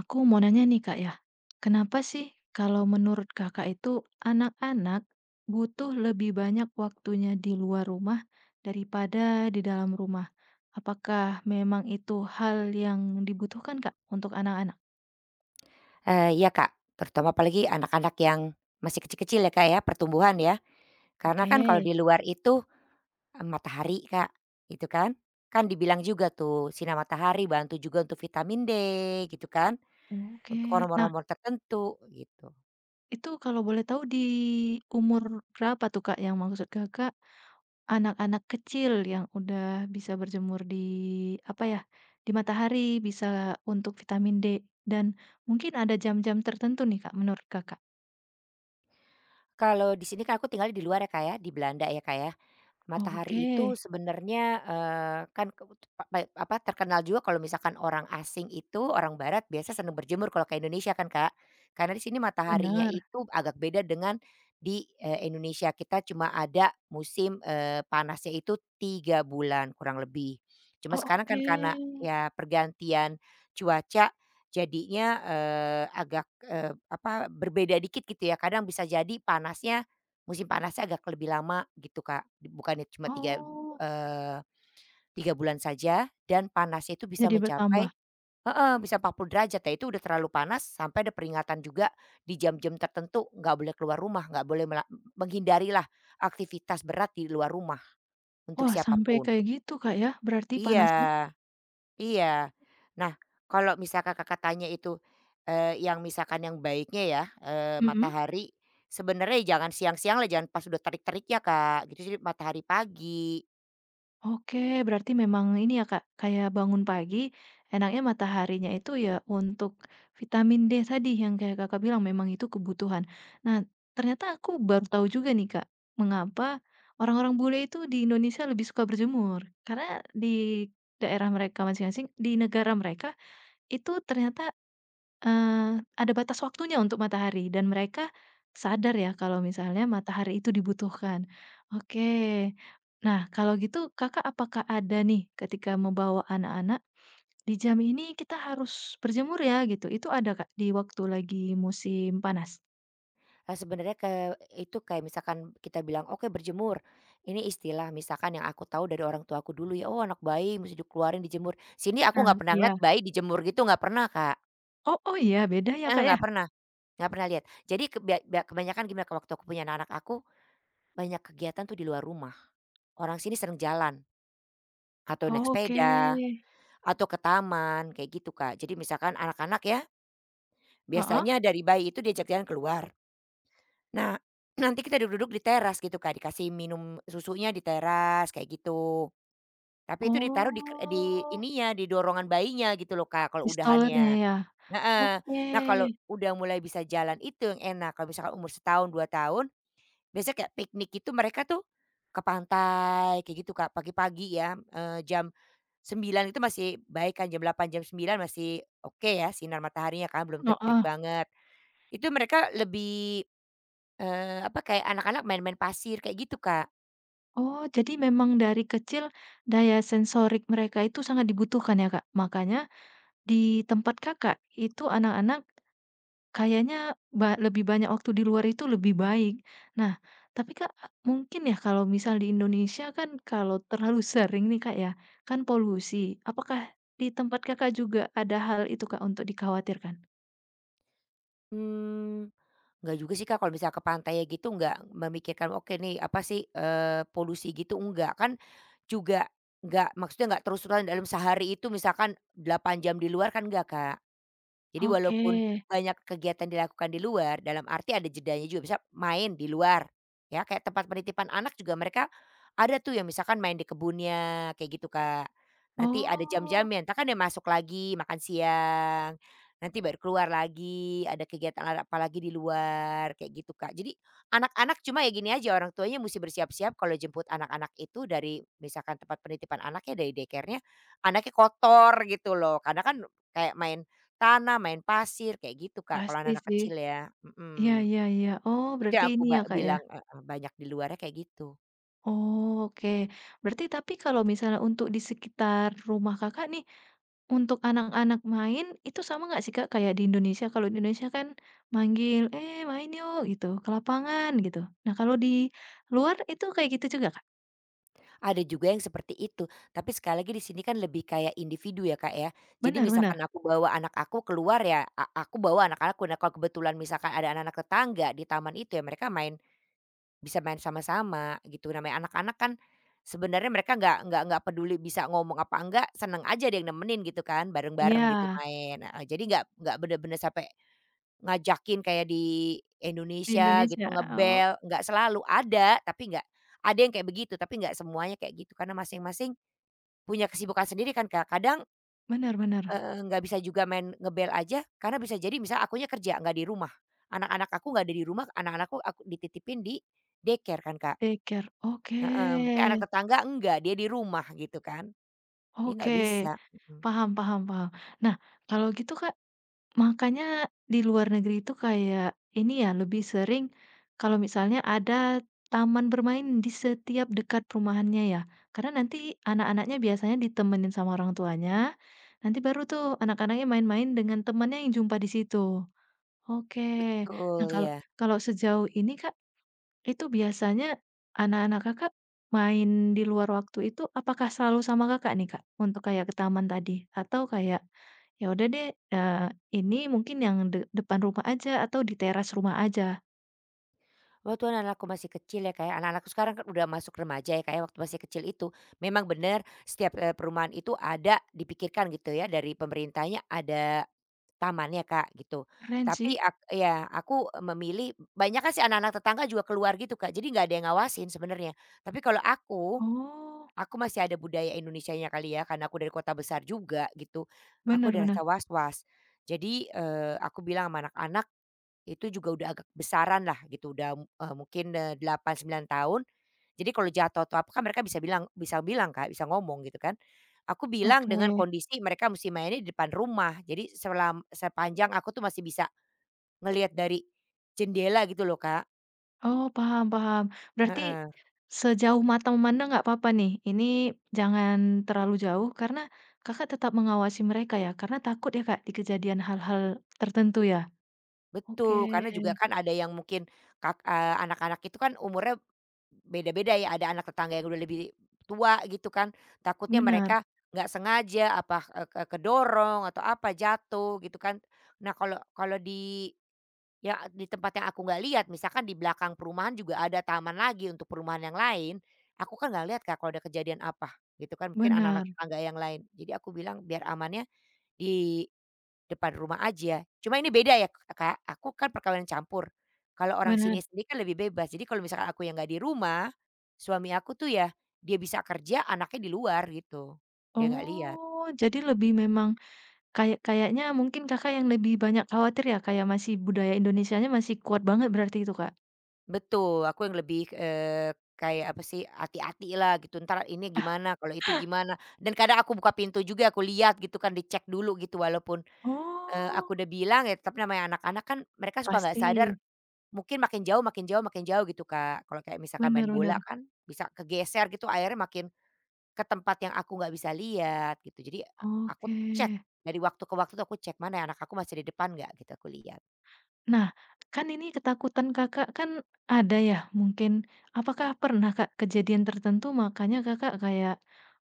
Aku mau nanya nih Kak ya, kenapa sih kalau menurut Kakak itu anak-anak butuh lebih banyak waktunya di luar rumah daripada di dalam rumah? Apakah memang itu hal yang dibutuhkan Kak untuk anak-anak? Iya, Kak, terutama apalagi anak-anak yang masih kecil-kecil ya, Kak, ya, pertumbuhan ya. Karena kan kalau Oke, di luar itu, matahari, Kak, gitu kan. Kan dibilang juga tuh sinar matahari bantu juga untuk vitamin D gitu kan, oke. untuk Nah, hormon-hormon tertentu gitu. itu kalau boleh tahu di umur berapa tuh Kak yang maksud Kakak anak-anak kecil yang udah bisa berjemur di, apa ya, di matahari, bisa untuk vitamin D, dan mungkin ada jam-jam tertentu nih, Kak, menurut Kakak? Kalau di sini kan aku tinggal di luar ya, Kak, ya, di Belanda ya, Kak, ya. Oke, Matahari itu sebenarnya, kan ke pa pa apa, terkenal juga kalau misalkan orang asing itu, orang barat biasa senang berjemur kalau ke Indonesia kan, Kak. Karena di sini mataharinya benar. itu agak beda dengan di, Indonesia. Kita cuma ada musim, panasnya itu 3 bulan kurang lebih. Cuma Oh, sekarang kan karena oke. ya pergantian cuaca jadinya, eee, agak, eee, apa, berbeda dikit gitu ya. Kadang bisa jadi musim panasnya agak lebih lama gitu, Kak. Bukannya cuma Oh, eee, 3 bulan saja dan panasnya itu bisa jadi mencapai bertambah. heeh, bisa 40 derajat ya, itu udah terlalu panas sampai ada peringatan juga di jam-jam tertentu nggak boleh keluar rumah, nggak boleh menghindarilah aktivitas berat di luar rumah untuk Wah, sampai siapapun. kayak gitu, Kak, ya berarti Iya. panasnya? Iya. Nah, kalau misalkan Kakak tanya itu, yang misalkan yang baiknya ya, Mhm. matahari sebenarnya jangan siang-siang lah, jangan pas udah terik-teriknya, Kak, gitu. Jadi matahari pagi. Oke, berarti memang ini ya Kak, kayak bangun pagi, enaknya mataharinya itu ya untuk vitamin D tadi yang kayak Kakak bilang memang itu kebutuhan. Nah, ternyata aku baru tahu juga nih Kak, mengapa orang-orang bule itu di Indonesia lebih suka berjemur. Karena di daerah mereka masing-masing, di negara mereka, itu ternyata Eee, ada batas waktunya untuk matahari dan mereka sadar ya kalau misalnya matahari itu dibutuhkan. Oke. Nah, kalau gitu Kakak apakah ada nih ketika membawa anak-anak, "Di jam ini kita harus berjemur ya," gitu, itu ada Kak di waktu lagi musim panas? Nah, sebenarnya itu kayak misalkan kita bilang, "Oke berjemur." Ini istilah misalkan yang aku tahu dari orang tuaku dulu ya, "Oh anak bayi mesti dikeluarin, dijemur." Sini aku Nah, nggak pernah iya. ngeliat bayi dijemur gitu nggak pernah, Kak. Oh oh iya beda ya Eh, Kak ya? nggak pernah lihat. Jadi kebia bia kebanyakan gimana, waktu aku punya anak aku, banyak kegiatan tuh di luar rumah. Orang sini sering jalan atau naik sepeda, Oke. atau ke taman kayak gitu, Kak. Jadi misalkan anak-anak ya, Heeh. biasanya dari bayi itu diajak jalan keluar. Nah, nanti kita duduk-duduk di teras gitu, Kak, dikasih minum susunya di teras kayak gitu. Tapi itu ditaruh di Oh, ininya, di dorongan bayinya gitu loh, Kak, di kalau stolernya udahannya. ya? Heeh. Oke. Nah, kalau udah mulai bisa jalan itu yang enak, kalau misalkan umur setahun, 2 tahun. Biasanya kayak piknik itu mereka tuh ke pantai kayak gitu, Kak, pagi-pagi ya, jam 9 itu masih baik kan, jam 8 jam 9 masih oke ya sinar mataharinya kan, belum terik-terik Heeh. banget. Itu mereka lebih, kayak anak-anak main-main pasir kayak gitu, Kak. Oh, jadi memang dari kecil daya sensorik mereka itu sangat dibutuhkan ya, Kak? Makanya di tempat Kakak itu anak-anak kayaknya lebih banyak waktu di luar itu lebih baik. Nah, tapi Kak, mungkin ya kalau misal di Indonesia kan kalau terlalu sering nih Kak ya, kan polusi. Apakah di tempat Kakak juga ada hal itu Kak untuk dikhawatirkan? Mmm, enggak juga sih, Kak, kalau misalnya ke pantai ya gitu nggak memikirkan, "Oke nih, apa sih, polusi gitu," enggak. Kan juga nggak maksudnya nggak terus-terusan dalam sehari itu misalkan 8 jam di luar kan enggak, Kak. Jadi Oke. walaupun banyak kegiatan dilakukan di luar, dalam arti ada jedanya juga, bisa main di luar, ya kayak tempat penitipan anak juga mereka ada tuh yang misalkan main di kebunnya, kayak gitu, Kak. Nanti ada Oh, jam-jamnya, entar kan dia masuk lagi, makan siang, nanti baru keluar lagi, ada kegiatan apa lagi di luar, kayak gitu, Kak. Jadi anak-anak cuma ya gini aja, orang tuanya mesti bersiap-siap kalau jemput anak-anak itu dari misalkan tempat penitipan anaknya, dari daycare-nya, anaknya kotor gitu loh, karena kan kayak main tanah, main pasir, kayak gitu, Kak, kalau pasti anak-anak sih. kecil ya, Iya, mhm. iya, iya. Oh, Itu berarti yang aku ini ya Kak ya? bilang heeh, banyak di luarnya kayak gitu. Oh, Oke, berarti tapi kalau misalnya untuk di sekitar rumah Kakak nih, untuk anak-anak main itu sama nggak sih Kak kayak di Indonesia? Kalau di Indonesia kan manggil, "Eh, main yuk," gitu, ke lapangan gitu. Nah, kalau di luar itu kayak gitu juga Kak? Ada juga yang seperti itu, tapi sekali lagi di sini kan lebih kayak individu ya, Kak, ya. Jadi Benar benar. misalkan aku bawa anak aku keluar ya, aku bawa anak-anakku. Nah, kalau kebetulan misalkan ada anak-anak tetangga di taman itu ya mereka bisa main sama-sama gitu. Namanya anak-anak kan sebenarnya mereka nggak peduli bisa ngomong apa enggak, seneng aja ada yang nemenin gitu kan, Iya, bareng-bareng gitu main, heeh. Jadi nggak bener-bener sampai ngajakin kayak di di Indonesia gitu Indonesia. Oh, ngebel, nggak selalu, ada tapi nggak ada yang kayak begitu, tapi nggak semuanya kayak gitu karena masing-masing punya kesibukan sendiri kan Kak, kadang, benar benar, nggak bisa juga main ngebel aja karena bisa jadi misal akunya kerja nggak di rumah, anak-anak aku nggak ada di rumah, anak-anakku aku dititipin di daycare kan Kak, daycare. Oke, heeh, mungkin anak tetangga enggak, dia di rumah gitu kan, dia oke, nggak bisa, mhm, paham paham paham. Nah, kalau gitu Kak makanya di luar negeri itu kayak ini ya, lebih sering kalau misalnya ada taman bermain di setiap dekat perumahannya ya. Karena nanti anak-anaknya biasanya ditemenin sama orang tuanya, nanti baru tuh anak-anaknya main-main dengan temannya yang jumpa di situ. Oke. Nah, betul, kalau iya. kalau sejauh ini, Kak, itu biasanya anak-anak Kakak main di luar waktu itu apakah selalu sama Kakak nih, Kak, untuk kayak ke taman tadi? Atau kayak ya udah deh, eee, ini mungkin yang depan rumah aja atau di teras rumah aja. Waktu anak-anakku masih kecil ya kayak anak-anakku sekarang kan udah masuk remaja ya kayak waktu masih kecil itu memang benar setiap, perumahan itu ada dipikirkan gitu ya dari pemerintahnya ada tamannya Kak gitu. Keren Tapi sih. Ya aku memilih banyak kan sih anak-anak tetangga juga keluar gitu Kak, jadi nggak ada yang ngawasin sebenarnya. Tapi kalau aku, Oh, aku masih ada budaya Indonesianya kali ya karena aku dari kota besar juga gitu, aku bener ada rasa bener. was-was. Jadi, aku bilang sama anak-anak itu juga udah agak besaran lah gitu, udah, mungkin, 8, 9 tahun. Jadi kalau jatuh atau apa kan mereka bisa bilang Kak, bisa ngomong gitu kan. Aku bilang Oke. dengan kondisi mereka mesti mainnya di depan rumah. Jadi sepanjang aku tuh masih bisa ngelihat dari jendela gitu loh Kak. Oh, paham paham. Berarti Heeh, sejauh mata memandang nggak papa nih, ini jangan terlalu jauh karena Kakak tetap mengawasi mereka ya, karena takut ya, Kak, di kejadian hal-hal tertentu ya? Oke, betul, karena juga kan ada yang mungkin anak-anak itu kan umurnya beda-beda ya, ada anak tetangga yang udah lebih tua gitu kan, takutnya benar, mereka nggak sengaja apa, kedorong atau apa, jatuh gitu kan. Nah kalau kalau di tempat yang aku nggak lihat, misalkan di belakang perumahan juga ada taman lagi untuk perumahan yang lain, aku kan nggak lihat Kak kalau ada kejadian apa gitu kan, mungkin benar, anak-anak tetangga yang lain. Jadi aku bilang biar amannya di depan rumah aja. Cuma ini beda ya, Kak, aku kan perkawinan campur. Kalau orang benar. sini sendiri kan lebih bebas. Jadi kalau misalkan aku yang nggak di rumah, suami aku tuh ya dia bisa kerja, anaknya di luar gitu. Dia nggak lihat. Oh, jadi lebih memang kayak kayaknya mungkin Kakak yang lebih banyak khawatir ya, kayak masih budaya Indonesianya masih kuat banget berarti itu, Kak? Betul, aku yang lebih, kayak apa sih, hati-hati lah gitu, entar ini gimana, kalau itu gimana. Dan kadang aku buka pintu juga, aku lihat gitu kan, dicek dulu gitu. Walaupun, Oh. aku udah bilang ya, tapi namanya anak-anak kan mereka suka nggak sadar. Pasti, Mungkin makin jauh makin jauh makin jauh gitu, Kak. Kalau kayak misalkan main bener bola bener, kan bisa kegeser gitu akhirnya makin ke tempat yang aku nggak bisa lihat gitu. Jadi aku oke. cek dari waktu ke waktu tuh aku cek, "Mana ya anak aku masih di depan nggak?" Gitu aku lihat. Nah, kan ini ketakutan Kakak kan ada ya mungkin, apakah pernah, Kak, kejadian tertentu makanya Kakak kayak,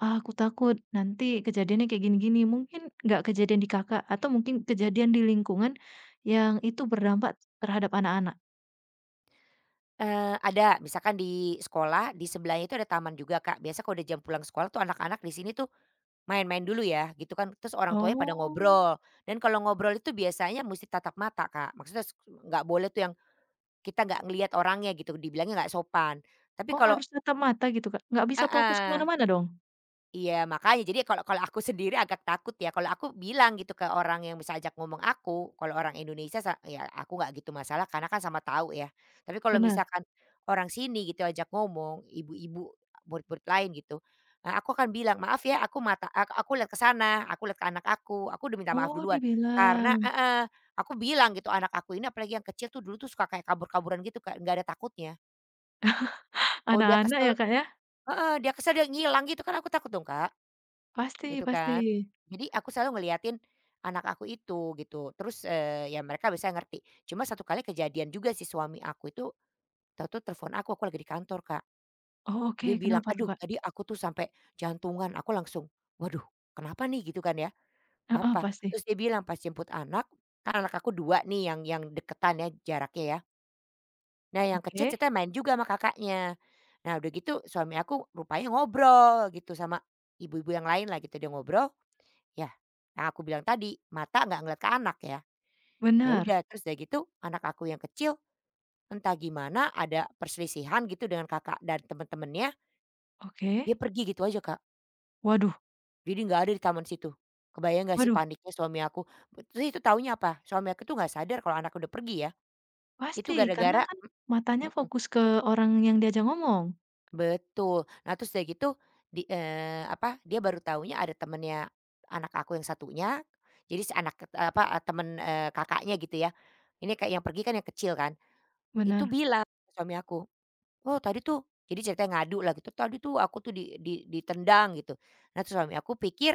"Ah, aku takut nanti kejadiannya kayak gini-gini." Mungkin nggak kejadian di Kakak atau mungkin kejadian di lingkungan yang itu berdampak terhadap anak-anak? Ada misalkan di sekolah di sebelahnya itu ada taman juga, Kak. Biasa kalau udah jam pulang sekolah tuh anak-anak di sini tuh main-main dulu ya gitu kan. Terus orang tuanya pada Oh. ngobrol dan kalau ngobrol itu biasanya mesti tatap mata, Kak. Maksudnya nggak boleh tuh yang kita nggak ngelihat orangnya gitu, dibilangnya nggak sopan. Tapi Oh, kalau. harus tatap mata gitu, Kak? Nggak bisa fokus ke Heeh. mana-mana dong? Iya makanya jadi kalau kalau aku sendiri agak takut ya, kalau aku bilang gitu ke orang yang bisa ajak ngomong aku, kalau orang Indonesia ya aku nggak gitu masalah karena kan sama tahu ya. Tapi kalau Benar? misalkan orang sini gitu ajak ngomong, ibu-ibu, murid-murid lain gitu, aku akan bilang, "Maaf ya aku mata aku lihat ke sana, aku lihat ke anak aku udah minta maaf Oh, duluan. Karena dibilang. heeh, aku bilang gitu anak aku ini apalagi yang kecil tuh dulu tuh suka kayak kabur-kaburan gitu Kak, nggak ada takutnya. Kalau dia Anak-anak kesel ya, Kak, ya? heeh, dia kesel dia ngilang gitu kan aku takut dong Kak. Pasti Gitu pasti. kan. Jadi aku selalu ngeliatin anak aku itu gitu, terus, ya mereka bisa ngerti. Cuma satu kali kejadian juga si suami aku itu tahu-tahu telepon aku lagi di kantor, Kak. Oh, oke, Dia bilang, kenapa tuh, "Aduh Kak? tadi aku tuh sampai jantungan." Aku langsung, "Waduh kenapa nih?" Gitu kan ya, Heeh, "Apa?" pasti. Terus dia bilang pas jemput anak, kan anak aku 2 nih yang deketan ya jaraknya ya. Nah yang kecil Oke, cerita main juga sama kakaknya. Nah udah gitu suami aku rupanya ngobrol gitu sama ibu-ibu yang lain lah gitu, dia ngobrol. Ya, yang aku bilang tadi, mata nggak ngelihat ke anak ya. Ya benar. udah, terus dari gitu anak aku yang kecil entah gimana ada perselisihan gitu dengan kakak dan temen-temennya, Oke. dia pergi gitu aja, Kak. Waduh Jadi nggak ada di taman situ. Kebayang nggak sih waduh, paniknya suami aku? Terus itu taunya apa? Suami aku tuh nggak sadar kalau anak udah pergi ya. Itu pasti, karena gara-gara kan matanya mhm. fokus ke orang yang diajak ngomong? Betul. Nah, terus udah gitu dia baru taunya ada temennya anak aku yang satunya. Jadi si anak apa, temen, kakaknya gitu ya. Ini kayak yang pergi kan yang kecil kan, itu Benar. bilang ke suami aku, "Oh tadi tuh," jadi ceritanya ngadu lah gitu, "Tadi tuh aku tuh di ditendang," gitu. Nah, terus suami aku pikir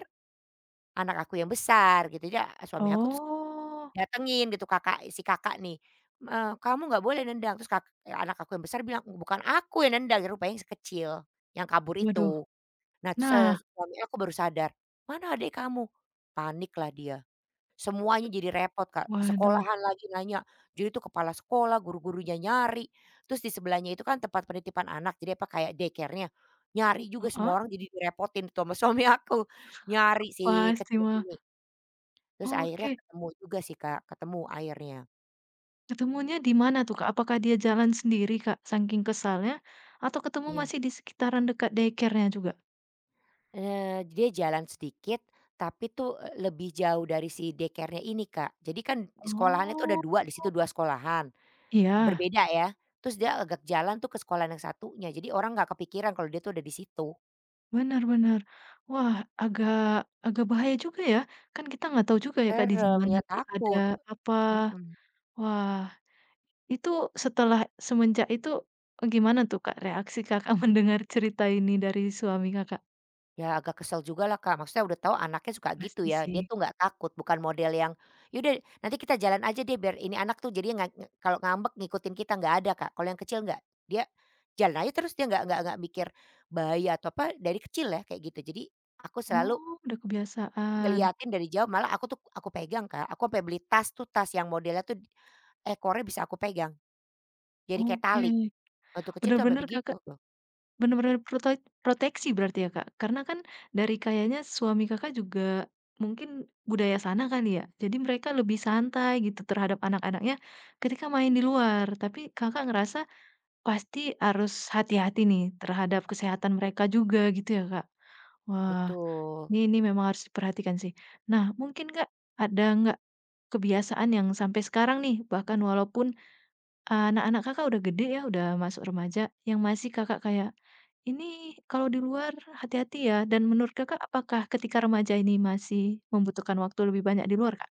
anak aku yang besar gitu, dia suami aku terus Oh, datengin gitu si kakak nih, "Kamu nggak boleh nendang." Terus anak aku yang besar bilang, "Bukan aku yang nendang," rupanya yang si kecil yang kabur waduh. itu. Nah terus, Nah, suami aku baru sadar, "Mana adik kamu?" Paniklah dia, semuanya jadi repot, Kak, ke waduh, sekolahan lagi nanya, jadi tuh kepala sekolah, guru-gurunya nyari, terus di sebelahnya itu kan tempat penitipan anak, jadi apa kayak daycare-nya, nyari juga semua heeh, orang jadi direpotin tuh sama suami aku, nyari si pasti kecil mah. ini. Terus akhirnya Oke. ketemu juga sih, Kak, ketemu akhirnya. Ketemunya di mana tuh, Kak? Apakah dia jalan sendiri, Kak, saking kesalnya? Atau ketemu Iya, masih di sekitaran dekat daycare-nya juga? Dia jalan sedikit, tapi tuh, lebih jauh dari si daycare-nya ini, Kak. Jadi kan di sekolahannya tuh ada Oh, 2 di situ, 2 sekolahan. iya, Berbeda ya, terus dia agak jalan tuh ke sekolah yang satunya, jadi orang nggak kepikiran kalau dia tuh ada di situ. benar benar. Wah, agak agak bahaya juga ya, kan kita nggak tahu juga ya, Kak, di Serem, jalan ya nanti ada takut, apa. mhm. Wah, itu setelah semenjak itu, gimana tuh, Kak, reaksi Kakak mendengar cerita ini dari suami Kakak? Ya agak kesel juga lah Kak, maksudnya udah tahu anaknya suka gitu Pasti ya, sih. dia tuh nggak takut, bukan model yang, "Ya udah nanti kita jalan aja deh biar ini anak tuh jadinya nggak nge kalau ngambek ngikutin kita," nggak ada, Kak. Kalau yang kecil nggak, dia jalan aja terus, dia nggak mikir bahaya atau apa, dari kecil ya kayak gitu. Jadi aku selalu Oh, udah kebiasaan. ngeliatin dari jauh, malah aku tuh aku pegang, Kak, aku sampai beli tas tuh, tas yang modelnya tuh ekornya bisa aku pegang, jadi kayak Oke, tali, waktu kecil tuh sampai benar-benar begitu Kakak tuh, bener-bener proteksi berarti ya, Kak? Karena kan dari kayaknya suami Kakak juga mungkin budaya sana kali ya? Jadi mereka lebih santai gitu terhadap anak-anaknya ketika main di luar. Tapi Kakak ngerasa pasti harus hati-hati nih terhadap kesehatan mereka juga gitu ya, Kak? Wah, betul. ini memang harus diperhatikan sih. Nah, mungkin Kak, ada nggak kebiasaan yang sampai sekarang nih bahkan walaupun, anak-anak Kakak udah gede ya, udah masuk remaja, yang masih Kakak kayak ini kalau di luar hati-hati ya dan menurut Kakak apakah ketika remaja ini masih membutuhkan waktu lebih banyak di luar, Kak?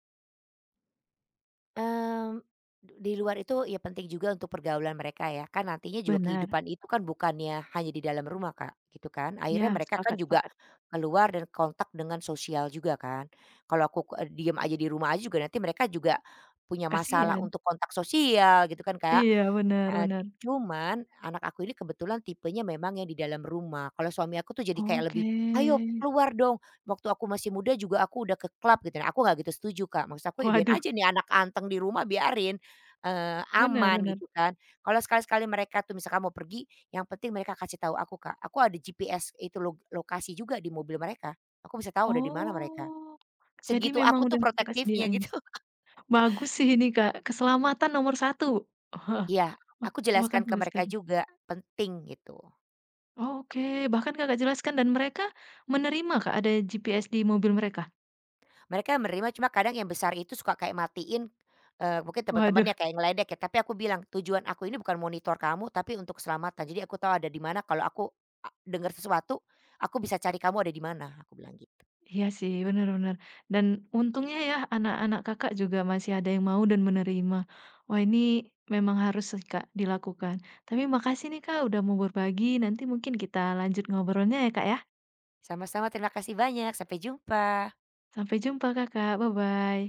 Mmm, di luar itu ya penting juga untuk pergaulan mereka ya, kan nantinya juga Benar. kehidupan itu kan bukannya hanya di dalam rumah Kak, gitu kan. Ya Akhirnya mereka kan sepakat juga sepakat. keluar dan kontak dengan sosial juga kan. Kalau aku diem aja di rumah aja juga nanti mereka juga punya masalah Kasihan. untuk kontak sosial gitu kan Kak. Iya, benar Heeh, benar. cuman anak aku ini kebetulan tipenya memang yang di dalam rumah. Kalau suami aku tuh jadi kayak Oke. lebih, "Ayo keluar dong." Waktu aku masih muda juga aku udah ke klub gitu. Nah, aku nggak gitu setuju, Kak. Maksud aku ya biarin Waduh, aja nih anak anteng di rumah biarin, benar aman benar. gitu kan. Kalau sekali-sekali mereka tuh misalkan mau pergi, yang penting mereka kasih tahu aku, Kak. Aku ada GPS itu log lokasi juga di mobil mereka. Aku bisa tahu udah di mana mereka. Oh, jadi Segitu memang aku tuh udah Kakak protektifnya sediain. gitu. Bagus sih ini, Kak, keselamatan nomor satu. Iya, Wah, aku bahkan jelaskan ke sampai mereka sekarang. juga, penting gitu. Oke, bahkan Kakak jelaskan dan mereka menerima, Kak, ada GPS di mobil mereka? Mereka menerima cuma kadang yang besar itu suka kayak matiin, mungkin Waduh. teman-temannya kayak ngeledek ya, tapi aku bilang, "Tujuan aku ini bukan monitor kamu, tapi untuk keselamatan. Jadi aku tahu ada di mana kalau aku dengar sesuatu, aku bisa cari kamu ada di mana," aku bilang gitu. Iya sih, benar-benar dan untungnya ya anak-anak Kakak juga masih ada yang mau dan menerima. Wah ini memang harus sih Kak dilakukan. Tapi makasih nih Kak udah mau berbagi, nanti mungkin kita lanjut ngobrolnya ya Kak ya. Sama-sama terima kasih banyak, sampai jumpa. Sampai jumpa Kakak, bye-bye.